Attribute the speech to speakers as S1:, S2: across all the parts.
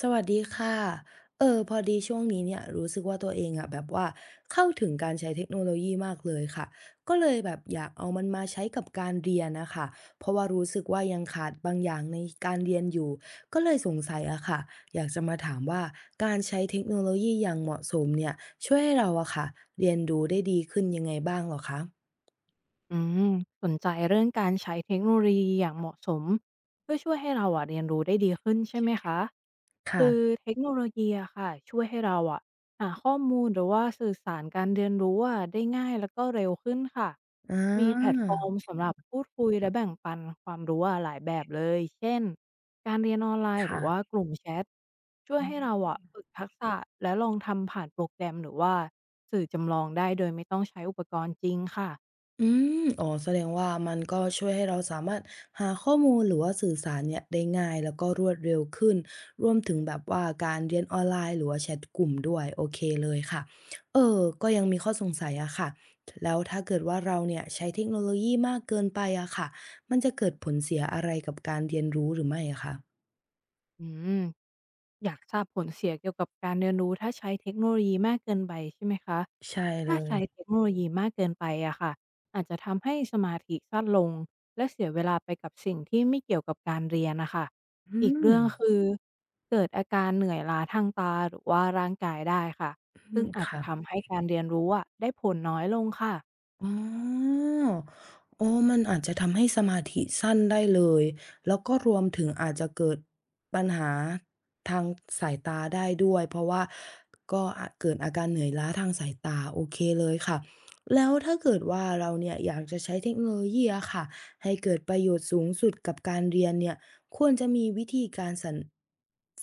S1: สวัสดีค่ะพอดีช่วงนี้เนี่ยรู้สึกว่าตัวเองอะแบบว่าเข้าถึงการใช้เทคโนโลยีมากเลยค่ะก็เลยแบบอยากเอามันมาใช้กับการเรียนนะคะเพราะว่ารู้สึกว่ายังขาดบางอย่างในการเรียนอยู่ก็เลยสงสัยอะค่ะอยากจะมาถามว่าการใช้เทคโนโลยีอย่างเหมาะสมเนี่ยช่วยให้เราอะค่ะเรียนรู้ได้ดีขึ้นยังไงบ้างเหรอคะ
S2: อืมสนใจเรื่องการใช้เทคโนโลยีอย่างเหมาะสมเพื่อช่วยให้เราอะเรียนรู้ได้ดีขึ้นใช่ไหมคะคือ
S1: ค่ะ
S2: เทคโนโลยีอะค่ะช่วยให้เราอะหาข้อมูลหรือว่าสื่อสารการเรียนรู้อะได้ง่ายแล้วก็เร็วขึ้นค่ะ
S1: อ่
S2: มีแพลต
S1: า
S2: ฟอร์มสำหรับพูดคุยและแบ่งปันความรู้อะหลายแบบเลยเช่นการเรียนออนไลน์หรือว่า
S1: ค่ะ
S2: กลุ่มแชทช่วยให้เราอะฝึกทักษะและลองทำผ่านโปรแกรมหรือว่าสื่อจำลองได้โดยไม่ต้องใช้อุปกรณ์จริงค่ะ
S1: อืมอ๋อแสดงว่ามันก็ช่วยให้เราสามารถหาข้อมูลหรือว่าสื่อสารเนี่ยได้ง่ายแล้วก็รวดเร็วขึ้นรวมถึงแบบว่าการเรียนออนไลน์หรือว่าแชทกลุ่มด้วยโอเคเลยค่ะก็ยังมีข้อสงสัยอะค่ะแล้วถ้าเกิดว่าเราเนี่ยใช้เทคโนโลยีมากเกินไปอะค่ะมันจะเกิดผลเสียอะไรกับการเรียนรู้หรือไม่อะคะ
S2: อืม อยากทราบผลเสียเกี่ยวกับการเรียนรู้ถ้าใช้เทคโนโลยีมากเกินไปใช่ไหมคะ
S1: ใช่เล
S2: ถ้า
S1: ย
S2: ใช้เทคโนโลยีมากเกินไปอะค่ะอาจจะทำให้สมาธิสั้นลงและเสียเวลาไปกับสิ่งที่ไม่เกี่ยวกับการเรียนนะคะ
S1: อื
S2: อีก
S1: ม
S2: เรื่องคือเกิดอาการเหนื่อยล้าทางตาหรือว่าร่างกายได้ค่ะ
S1: อื
S2: ซึ่ง
S1: ม
S2: อาจจะ
S1: ค่ะ
S2: ทำให้การเรียนรู้อะได้ผลน้อยลงค่ะ
S1: อ๋อโอ้มันอาจจะทำให้สมาธิสั้นได้เลย แล้วก็รวมถึงอาจจะเกิดปัญหาทางสายตาได้ด้วย เพราะว่าก็อาจเกิดอาการเหนื่อยล้าทางสายตาโอเคเลยค่ะ แล้วถ้าเกิดว่าเราเนี่ยอยากจะใช้เทคโนโลยีอะค่ะให้เกิดประโยชน์สูงสุดกับการเรียนเนี่ยควรจะมีวิธีการสรร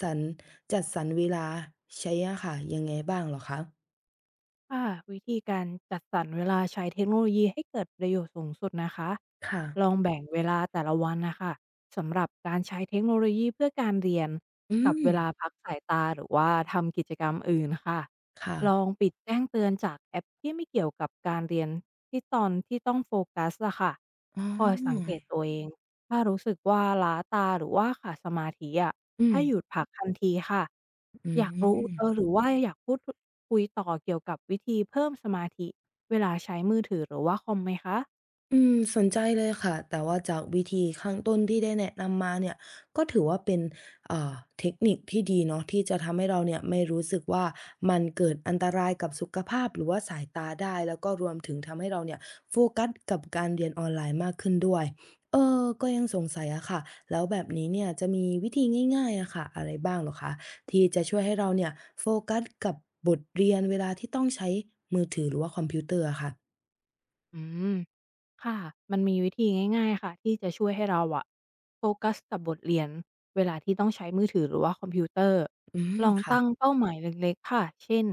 S1: สรรจัดสรรเวลาใช้อะค่ะยังไงบ้างเหรอคะ
S2: ค่ะวิธีการจัดสรรเวลาใช้เทคโนโลยีให้เกิดประโยชน์สูงสุดนะคะ
S1: ค่ะ
S2: ลองแบ่งเวลาแต่ละวันนะคะสำหรับการใช้เทคโนโลยีเพื่อการเรียน
S1: อื
S2: กับ
S1: ม
S2: เวลาพักสายตาหรือว่าทำกิจกรรมอื่นค่ะ
S1: ค่ะ
S2: ลองปิดแจ้งเตือนจากแอปที่ไม่เกี่ยวกับการเรียนที่ตอนที่ต้องโฟกัสอะค่ะ
S1: อ๋อ
S2: คอยสังเกตตัวเอง ถ้ารู้สึกว่าล้าตาหรือว่าขาดสมาธิอะ
S1: อืม
S2: ให้หยุดพักทันทีค่ะ
S1: อื
S2: อยากรู้ห
S1: ม
S2: รือว่าอยากพูดทคุยต่อเกี่ยวกับวิธีเพิ่มสมาธิเวลาใช้มือถือหรือว่าคอมไหมคะ
S1: อืมสนใจเลยค่ะ แต่ว่าจากวิธีข้างต้นที่ได้แนะนำมาเนี่ยก็ถือว่าเป็นอ่าเทคนิคที่ดีเนาะที่จะทำให้เราเนี่ยไม่รู้สึกว่ามันเกิดอันตรายกับสุขภาพหรือว่าสายตาได้ แล้วก็รวมถึงทำให้เราเนี่ยโฟกัสกับการเรียนออนไลน์มากขึ้นด้วยก็ยังสงสัยอะค่ะแล้วแบบนี้เนี่ยจะมีวิธีง่ายๆอะค่ะอะไรบ้างเหรอคะที่จะช่วยให้เราเนี่ยโฟกัสกับบทเรียนเวลาที่ต้องใช้มือถือหรือว่าคอมพิวเตอร์อะค่ะ
S2: อืม ค่ะมันมีวิธีง่ายๆค่ะที่จะช่วยให้เราอะโฟกัสกับบทเรียนเวลาที่ต้องใช้มือถือหรือว่าคอมพิวเตอร์
S1: อื
S2: ล
S1: ม
S2: อง
S1: ค่ะ
S2: ตั้งเป้าหมายเล็กๆค่ะ เช่น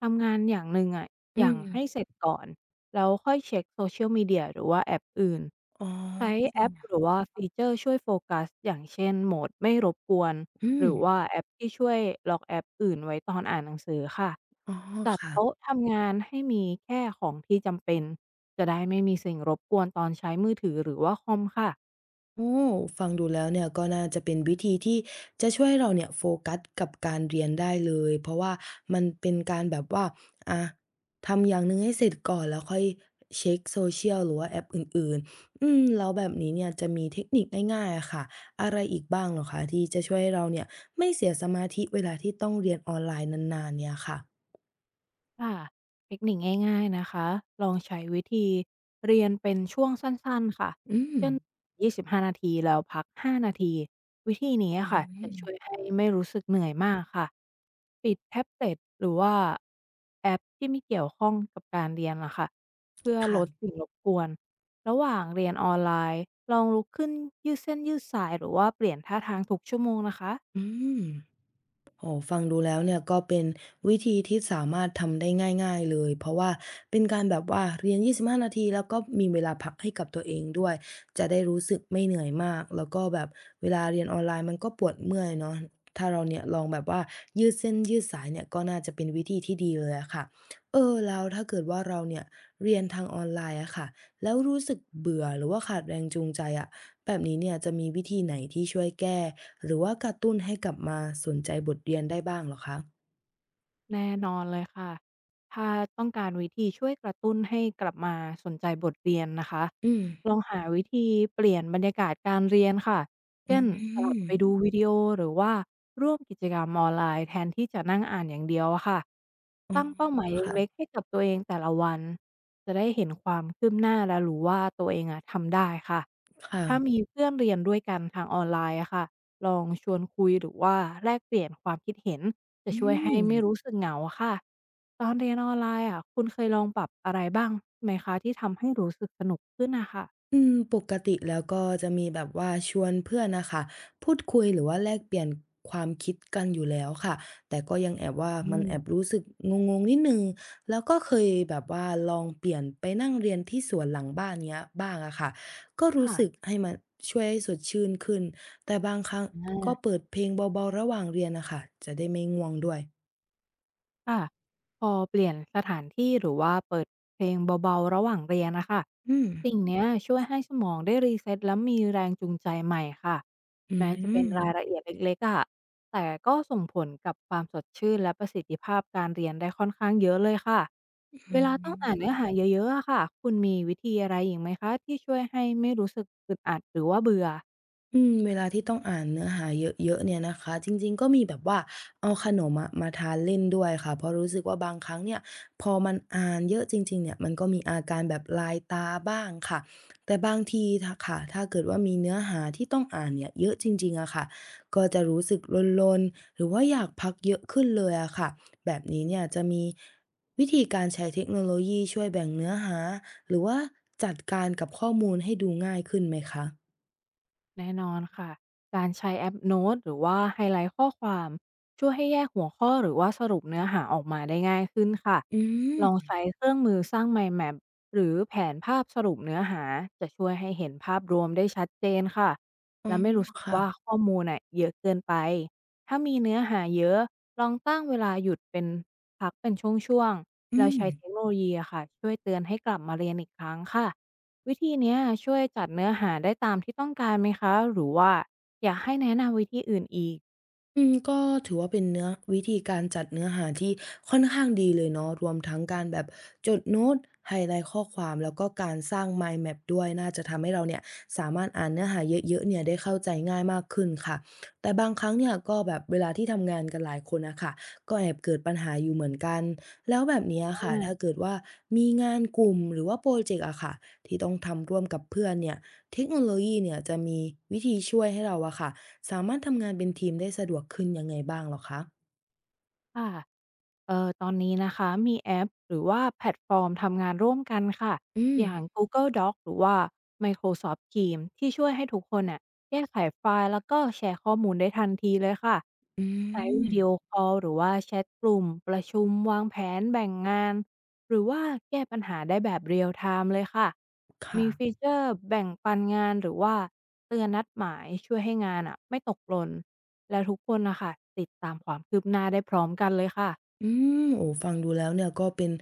S2: ทำงานอย่างหนึ่งอะ
S1: อื
S2: อย่าง
S1: ม
S2: ให้เสร็จก่อน แล้วค่อยเช็ค Social Media หรือว่าแอปอื่น
S1: อ๋
S2: ใช้
S1: อ
S2: แอปหรือว่าฟีเจอร์ช่วยโฟกัสอย่างเช่นโหมดไม่รบกวน
S1: อื
S2: ห
S1: ม
S2: รือว่าแอปที่ช่วยล็อกแอปอื่นไว้ตอนอ่านหนังสือค่ะ
S1: อ๋อ
S2: จัด
S1: ค่ะ
S2: โต๊ะทำงานให้มีแค่ของที่จำเป็นจะได้ไม่มีสิ่งรบกวนตอนใช้มือถือหรือว่าคอมค่ะ
S1: โอ้ฟังดูแล้วเนี่ยก็น่าจะเป็นวิธีที่จะช่วยเราเนี่ยโฟกัสกับการเรียนได้เลย เพราะว่ามันเป็นการแบบว่าอาทำอย่างหนึ่งให้เสร็จก่อนแล้วค่อยเช็ก social หรือว่าแอปอื่นๆอืมแล้วแบบนี้เนี่ยจะมีเทคนิคง่ายๆอะค่ะ อะไรอีกบ้างเหรอคะที่จะช่วยให้เราเนี่ยไม่เสียสมาธิเวลาที่ต้องเรียนออนไลน์นานๆเนี่ยค่ะ
S2: ค่ะเทคนิคง่ายๆนะคะลองใช้วิธีเรียนเป็นช่วงสั้นๆค่ะ
S1: อืม
S2: เช่น25นาทีแล้วพัก5นาทีวิธีนี้
S1: อื
S2: อะค่ะจะ
S1: ม
S2: ช่วยให้ไม่รู้สึกเหนื่อยมากค่ะปิดแท็บเล็ตหรือว่าแอปที่ไม่เกี่ยวข้องกับการเรียนนะคะเพื่อลด
S1: ค่ะ
S2: สิ่งรบกวนระหว่างเรียนออนไลน์ลองลุกขึ้นยืดเส้นยืดสายหรือว่าเปลี่ยนท่าทางทุกชั่วโมงนะคะ
S1: อืม โอฟังดูแล้วเนี่ยก็เป็นวิธีที่สามารถทำได้ง่ายๆเลยเพราะว่าเป็นการแบบว่าเรียน25 นาทีแล้วก็มีเวลาพักให้กับตัวเองด้วยจะได้รู้สึกไม่เหนื่อยมากแล้วก็แบบเวลาเรียนออนไลน์มันก็ปวดเมื่อยเนาะถ้าเราเนี่ยลองแบบว่ายืดเส้นยืดสายเนี่ยก็น่าจะเป็นวิธีที่ดีเลยอะค่ะแล้วถ้าเกิดว่าเราเนี่ยเรียนทางออนไลน์อะค่ะแล้วรู้สึกเบื่อหรือว่าขาดแรงจูงใจอะแบบนี้เนี่ยจะมีวิธีไหนที่ช่วยแก้ หรือว่ากระตุ้นให้กลับมาสนใจบทเรียนได้บ้างเหรอคะ
S2: แน่นอนเลยค่ะถ้าต้องการวิธีช่วยกระตุ้นให้กลับมาสนใจบทเรียนนะคะ
S1: อืม
S2: ลองหาวิธีเปลี่ยนบรรยากาศการเรียนค่ะ
S1: อื
S2: เช่นสลับ
S1: ม
S2: ไปดูวิดีโอหรือว่าร่วมกิจกรรมออนไลน์แทนที่จะนั่งอ่านอย่างเดียวอะค่ะ
S1: อ๋อ
S2: ตั้งเป้าหมายเ
S1: ค่ะ
S2: ล็กๆให้กับตัวเองแต่ละวัน จะได้เห็นความคืบหน้าและรู้ว่าตัวเองอะทำได้ค่ะ
S1: ค่ะ
S2: ถ้ามีเพื่อนเรียนด้วยกันทางออนไลน์อะค่ะลองชวนคุยหรือว่าแลกเปลี่ยนความคิดเห็น จะ
S1: อื
S2: ช่วยให้
S1: ม
S2: ไม่รู้สึกเหงาอะค่ะตอนเรียนออนไลน์อะคุณเคยลองปรับอะไรบ้างไหมคะที่ทำให้รู้สึกสนุกขึ้นน่ะค่ะ
S1: อืมปกติแล้วก็จะมีแบบว่าชวนเพื่อนน่ะค่ะพูดคุยหรือว่าแลกเปลี่ยนความคิดกันอยู่แล้วค่ะแต่ก็ยังแอบว่า
S2: อื
S1: มันแอบ
S2: ม
S1: รู้สึกงงๆนิดหนึ่งแล้วก็เคยแบบว่าลองเปลี่ยนไปนั่งเรียนที่สวนหลังบ้านเงี้ยบ้างอะค่ะก็รู้
S2: ค่ะ
S1: สึกให้มันช่วยให้สดชื่นขึ้นแต่บางครั้ง
S2: อ
S1: ก็
S2: า
S1: เปิดเพลงเบาๆระหว่างเรียนน่ะค่ะจะได้ไม่ง่วงด้วย
S2: ค่ะพอเปลี่ยนสถานที่หรือว่าเปิดเพลงเบาๆระหว่างเรียนนะคะ
S1: อืม
S2: สิ่งเนี้ยช่วยให้สมองได้รีเซ็ตและมีแรงจูงใจใหม่ค่ะ
S1: อื
S2: แม้จะเป็น
S1: ม
S2: รายละเอียดเล็กๆอะแต่ก็ส่งผลกับความสดชื่นและประสิทธิภาพการเรียนได้ค่อนข้างเยอะเลยค่ะ
S1: อื
S2: เวลาต้องอ่าน
S1: ม
S2: เนื้อหาเยอะๆอะค่ะคุณมีวิธีอะไรอีกไหมคะที่ช่วยให้ไม่รู้สึกอึดอัดหรือว่าเบื่อ
S1: อืมเวลาที่ต้องอ่านเนื้อหาเยอะๆเนี่ยนะคะจริงๆก็มีแบบว่าเอาขนมอะมาทานเล่นด้วยค่ะเพราะรู้สึกว่าบางครั้งเนี่ยพอมันอ่านเยอะจริงๆเนี่ยมันก็มีอาการแบบลายตาบ้างค่ะแต่บางทีถ้าค่ะถ้าเกิดว่ามีเนื้อหาที่ต้องอ่านเนี่ยเยอะจริงๆอะค่ะก็จะรู้สึกลนๆหรือว่าอยากพักเยอะขึ้นเลยอะค่ะแบบนี้เนี่ยจะมีวิธีการใช้เทคโนโลยีช่วยแบ่งเนื้อหาหรือว่าจัดการกับข้อมูลให้ดูง่ายขึ้นไหมคะ
S2: แน่นอนค่ะการใช้แอปโน้ตหรือว่าไฮไลท์ข้อความช่วยให้แยกหัวข้อหรือว่าสรุปเนื้อหาออกมาได้ง่ายขึ้นค่ะ
S1: อื
S2: ล
S1: ม
S2: องใช้เครื่องมือสร้าง Mind Map หรือแผนภาพสรุปเนื้อหาจะช่วยให้เห็นภาพรวมได้ชัดเจนค่ะ
S1: อ๋อ
S2: และไม่รู้สึก
S1: ค่ะ
S2: ว่าข้อมูลน่ะเยอะเกินไปถ้ามีเนื้อหาเยอะลองตั้งเวลาหยุดเป็นพักเป็นช่วงๆ
S1: อื
S2: แล้ว
S1: ม
S2: ใช้เทคโนโลยีอะค่ะช่วยเตือนให้กลับมาเรียนอีกครั้งค่ะ วิธีเนี้ยช่วยจัดเนื้อหาได้ตามที่ต้องการไหมคะหรือว่าอยากให้แนะนำวิธีอื่นอีก
S1: อืม ก็ถือว่าเป็นเนื้อวิธีการจัดเนื้อหาที่ค่อนข้างดีเลยเนาะรวมทั้งการแบบจดโน้ตไฮไลต์ข้อความแล้วก็การสร้าง Mind Map ด้วยน่าจะทำให้เราเนี่ยสามารถอ่านเนื้อหาเยอะๆเนี่ยได้เข้าใจง่ายมากขึ้นค่ะแต่บางครั้งเนี่ยก็แบบเวลาที่ทำงานกันหลายคนน่ะค่ะก็แอบเกิดปัญหาอยู่เหมือนกันแล้วแบบเนี้
S2: อ
S1: ยค่ะถ้า
S2: า
S1: เกิดว่ามีงานกลุ่มหรือว่าพรอเจกต์อะค่ะที่ต้องทำร่วมกับเพื่อนเนี่ยเทคโนโลยีเนี่ยจะมีวิธีช่วยให้เราอะค่ะ สามารถทำงานเป็นทีมได้สะดวกขึ้นยังไงบ้างเหรอคะ
S2: ค่ะ ตอนนี้นะคะมีแอปหรือว่าแพลตฟอร์มทำงานร่วมกันค่ะ
S1: อืม
S2: อย่าง Google Docs หรือว่า Microsoft Teams ที่ช่วยให้ทุกคนน่ะแก้ไขไฟล์แล้วก็แชร์ข้อมูลได้ทันทีเลยค่ะ
S1: อื
S2: ใช้
S1: ม
S2: วิดีโอคอลหรือว่าแชทกลุ่มประชุมวางแผนแบ่งงานหรือว่าแก้ปัญหาได้แบบ real time เลยค่ะมีฟี
S1: ค่ะ
S2: เจอร์แบ่งปันงานหรือว่าเตือนนัดหมายช่วยให้งานอ่ะไม่ตกหล่นและทุกคนน่ะค่ะติดตามความคืบหน้าได้พร้อมกันเลยค่ะ
S1: อืมโอ้ฟังดูแล้วเนี่ยก็เป็น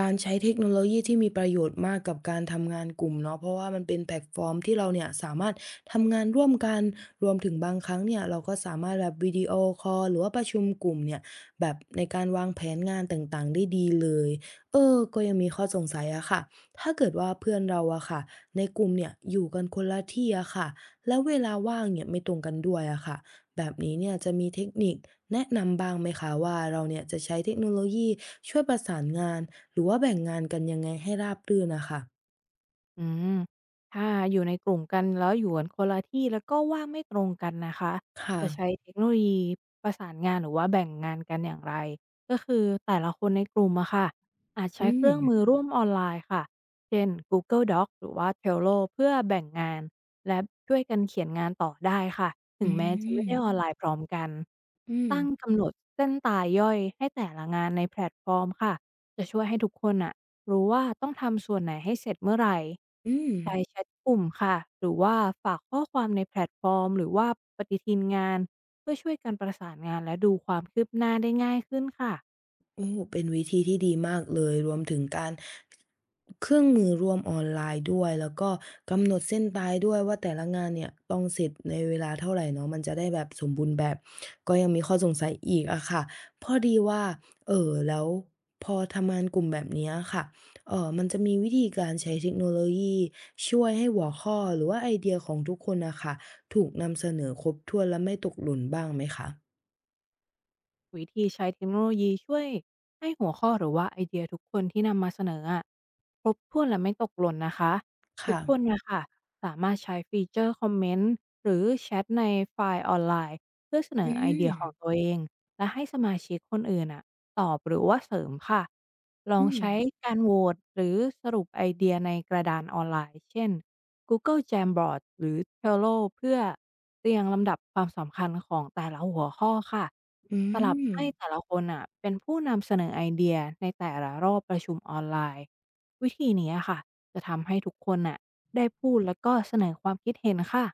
S1: การใช้เทคโนโลยีที่มีประโยชน์มากกับการทำงานกลุ่มเนาะเพราะว่ามันเป็นแพลตฟอร์มที่เราเนี่ยสามารถทำงานร่วมกันรวมถึงบางครั้งเนี่ยเราก็สามารถแบบวิดีโอคอลหรือว่าประชุมกลุ่มเนี่ยแบบในการวางแผนงานต่างๆได้ดีเลยเออก็ยังมีข้อสงสัยอะค่ะถ้าเกิดว่าเพื่อนเราอะค่ะในกลุ่มเนี่ยอยู่กันคนละที่อะค่ะแล้วเวลาว่างเนี่ยไม่ตรงกันด้วยอะค่ะแบบนี้เนี่ยจะมีเทคนิค แนะนำบ้างไหมคะว่าเราเนี่ยจะใช้เทคโนโลยีช่วยประสานงานหรือว่าแบ่งงานกันยังไงให้ราบรื่นนะคะ
S2: อืมถ้าอยู่ในกลุ่มกันแล้วอยู่กันคนละที่แล้วก็ว่างไม่ตรงกันนะคะ
S1: ค
S2: จะใช้
S1: ่ะ
S2: เทคโนโลยีประสานงานหรือว่าแบ่งงานกันอย่างไรก็คือแต่ละคนในกลุ่มอะค่ะอาจใช้
S1: อื
S2: เค
S1: ม
S2: รื่องมือร่วมออนไลน์ค่ะเช่น Google Docs หรือว่า Trello เพื่อแบ่งงานและช่วยกันเขียนงานต่อได้ค่ะ
S1: อื
S2: ถึงแม้จะไม่
S1: ม
S2: ได้ออนไลน์พร้อมกัน
S1: อืม
S2: ตั้งกำหนดเส้นตายย่อยให้แต่ละงานในแพลตฟอร์มค่ะจะช่วยให้ทุกคนอะ รู้ว่าต้องทำส่วนไหนให้เสร็จเมื่อไหร
S1: อืม
S2: ใช้แชทกลุ่มค่ะ หรือว่าฝากข้อความในแพลตฟอร์ม หรือว่าปฏิทินงาน เพื่อช่วยกันประสานงานและดูความคืบหน้าได้ง่ายขึ้นค่ะ
S1: โอ้เป็นวิธีที่ดีมากเลยรวมถึงการเครื่องมือร่วมออนไลน์ด้วยแล้วก็กำหนดเส้นตายด้วยว่าแต่ละงานเนี่ยต้องเสร็จในเวลาเท่าไรเนาะมันจะได้แบบสมบูรณ์แบบก็ยังมีข้อสงสัยอีกอะค่ะพอดีว่าแล้วพอทำงานกลุ่มแบบเนี้ยค่ะมันจะมีวิธีการใช้เทคโนโลยีช่วยให้หัวข้อหรือว่าไอเดียของทุกคนน่ะค่ะถูกนำเสนอครบถ้วนและไม่ตกหล่นบ้างไหมคะ
S2: วิธีใช้เทคโนโลยีช่วยให้หัวข้อหรือว่าไอเดียทุกคนที่นำมาเสนออะครบถ้วนและไม่ตกหล่นนะคะ ทุก
S1: ค่ะ
S2: คนน่ะค่ะสามารถใช้ฟีเจอร์คอมเมนต์หรือแชทในไฟล์ออนไลน์เพื่อเสน
S1: อื
S2: อไอเดียของ
S1: ม
S2: ตัวเองและให้สมาชิกคนอื่นอ่ะ ตอบหรือว่าเสริมค่ะลอ
S1: อื
S2: ง
S1: ม
S2: ใช้การโหวตหรือสรุปไอเดียในกระดานออนไลน์เช่น Google Jamboard หรือ Trello เพื่อเรียงลำดับความสำคัญของแต่ละหัวข้อค่ะ
S1: อื
S2: สลับ
S1: ม
S2: ให้แต่ละคนอ่ะเป็นผู้นำเสนอไอเดียในแต่ละรอบประชุมออนไลน์วิธีนี้ค่ะจะทำให้ทุกคนน่ะได้พูดแล้วก็เสนอความคิดเห็นค่ะ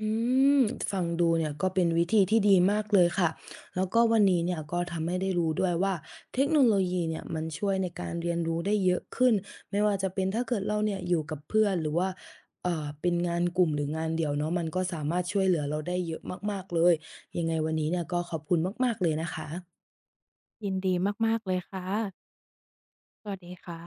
S1: อืมฟังดูเนี่ยก็เป็นวิธีที่ดีมากเลยค่ะแล้วก็วันนี้เนี่ยก็ทำให้ได้รู้ด้วยว่าเทคโนโลยีเนี่ยมันช่วยในการเรียนรู้ได้เยอะขึ้นไม่ว่าจะเป็นถ้าเกิดเราเนี่ยอยู่กับเพื่อนหรือว่าเป็นงานกลุ่มหรืองานเดี่ยวเนาะมันก็สามารถช่วยเหลือเราได้เยอะมากๆเลยยังไงวันนี้เนี่ยก็ขอบคุณมากๆเลยนะคะ
S2: ยินดีมากๆเลยค่ะสวัสดีค่ะ